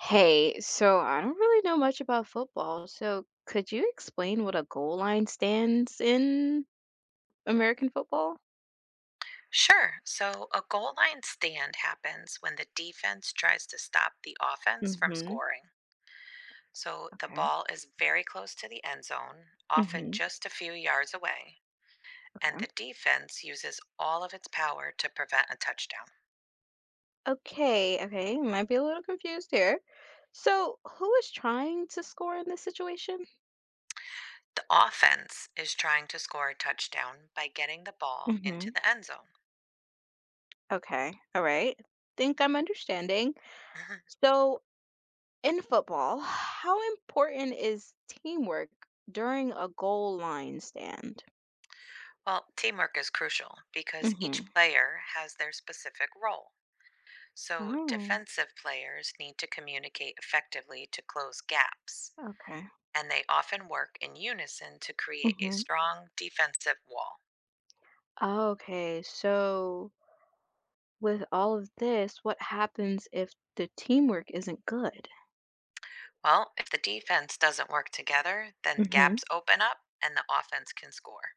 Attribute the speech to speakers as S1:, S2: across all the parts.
S1: Hey, so I don't really know much about football, so could you explain what a goal line stands in American football?
S2: Sure. So a goal line stand happens when the defense tries to stop the offense from
S1: Mm-hmm.
S2: scoring. So the
S1: Okay.
S2: ball is very close to the end zone, often
S1: Mm-hmm.
S2: just a few yards away, and
S1: Okay.
S2: the defense uses all of its power to prevent a touchdown.
S1: Okay, okay. Might be a little confused here. So who is trying to score in this situation?
S2: The offense is trying to score a touchdown by getting the ball
S1: Mm-hmm.
S2: into the end zone.
S1: Okay. All right. Think I'm understanding. So in football, how important is teamwork during a goal line stand?
S2: Well, teamwork is crucial because each
S1: Mm-hmm.
S2: player has their specific role. So,
S1: Oh,
S2: defensive players need to communicate effectively to close gaps,
S1: okay.
S2: and they often work in unison to create a strong defensive wall.
S1: Oh, okay, so with all of this, what happens if the teamwork isn't good?
S2: Well, if the defense doesn't work together, then
S1: hmm
S2: gaps open up and the offense can score.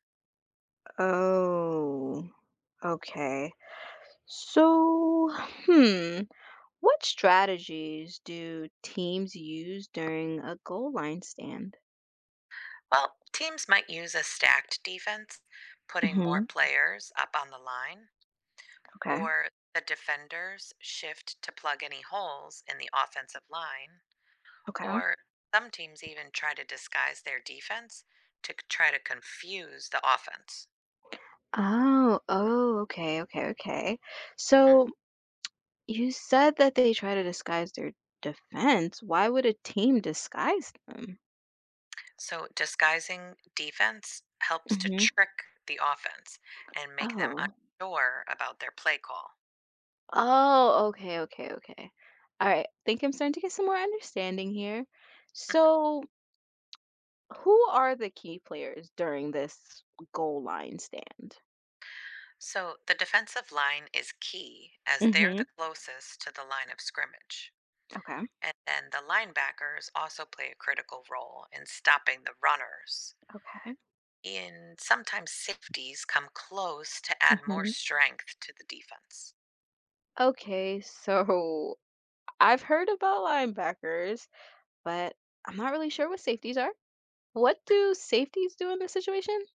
S1: Oh, okay. So, hmm, what strategies do teams use during a goal line stand?
S2: Well, teams might use a stacked defense, putting more
S1: hmm
S2: players up on the line,
S1: Okay.
S2: or the defenders shift to plug any holes in the offensive line.
S1: Okay.
S2: Or some teams even try to disguise their defense to try to confuse the offense.
S1: Oh, oh, okay, okay, okay.
S2: Mhm.
S1: So you said that they try to disguise their defense. Why would a team disguise them?
S2: So, disguising defense helps to
S1: hmm
S2: trick the offense and make them
S1: Oh.
S2: unsure about their play call.
S1: Oh, okay, okay, okay. All right. Think I'm starting to get some more understanding here. So, who are the key players during this goal line stand?
S2: So, the defensive line is key as they're
S1: Mhm.
S2: the closest to the line of scrimmage.
S1: Okay,
S2: And then the linebackers also play a critical role in stopping the runners,
S1: okay.
S2: and sometimes safeties come close to add more
S1: Mhm.
S2: strength to the defense.
S1: Okay, so I've heard about linebackers, but I'm not really sure what safeties are. What do safeties do in this situation?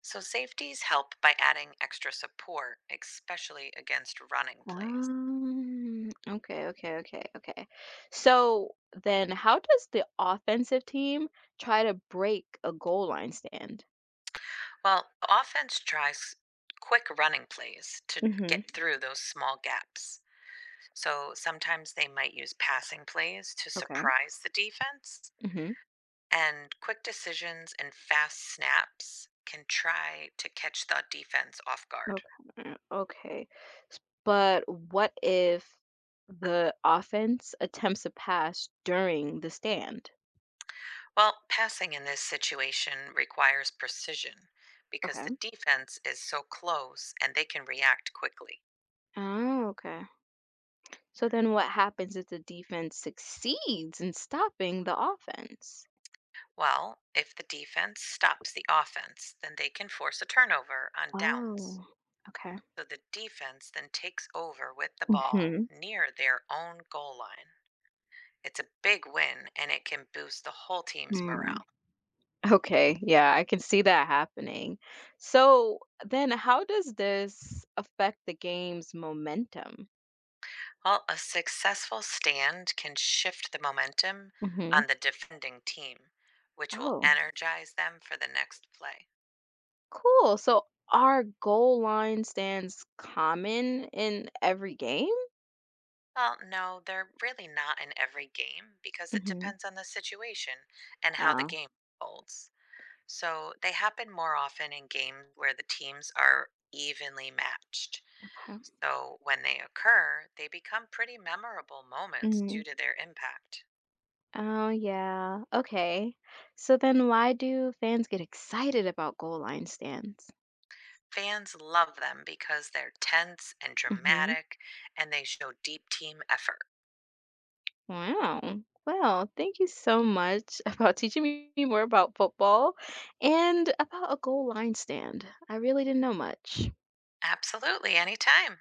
S2: So safeties help by adding extra support, especially against running plays.
S1: Okay, okay, okay, okay. So then how does the offensive team try to break a goal line stand?
S2: Well, offense tries quick running plays to
S1: hmm
S2: get through those small gaps. So sometimes they might use passing plays to
S1: Okay.
S2: surprise the defense,
S1: Mhm.
S2: and quick decisions and fast snaps can try to catch the defense off guard.
S1: Okay. Okay. But what if the offense attempts a pass during the stand?
S2: Well, passing in this situation requires precision because
S1: Okay.
S2: the defense is so close and they can react quickly.
S1: Oh, okay. So then what happens if the defense succeeds in stopping the offense?
S2: Well, if the defense stops the offense, then they can force a turnover on downs.
S1: Oh, okay.
S2: So the defense then takes over with the ball
S1: Hmm.
S2: near their own goal line. It's a big win and it can boost the whole team's
S1: Hmm.
S2: morale.
S1: Okay, yeah, I can see that happening. So then how does this affect the game's momentum?
S2: Well, a successful stand can shift the momentum
S1: hmm
S2: on the defending team, which will
S1: Oh,
S2: energize them for the next play.
S1: cool. So are goal line stands common in every game?
S2: Well, no, they're really not in every game because it
S1: hmm
S2: depends on the situation and how the
S1: Oh,
S2: game unfolds. So they happen more often in games where the teams are evenly matched.
S1: okay.
S2: So when they occur, they become pretty memorable moments
S1: Hmm.
S2: due to their impact.
S1: Oh, yeah. Okay. So then why do fans get excited about goal line stands?
S2: Fans love them because they're tense and dramatic and they show deep team effort.
S1: Wow. Well, thank you so much about teaching me more about football and about a goal line stand. I really didn't know much.
S2: Absolutely, anytime.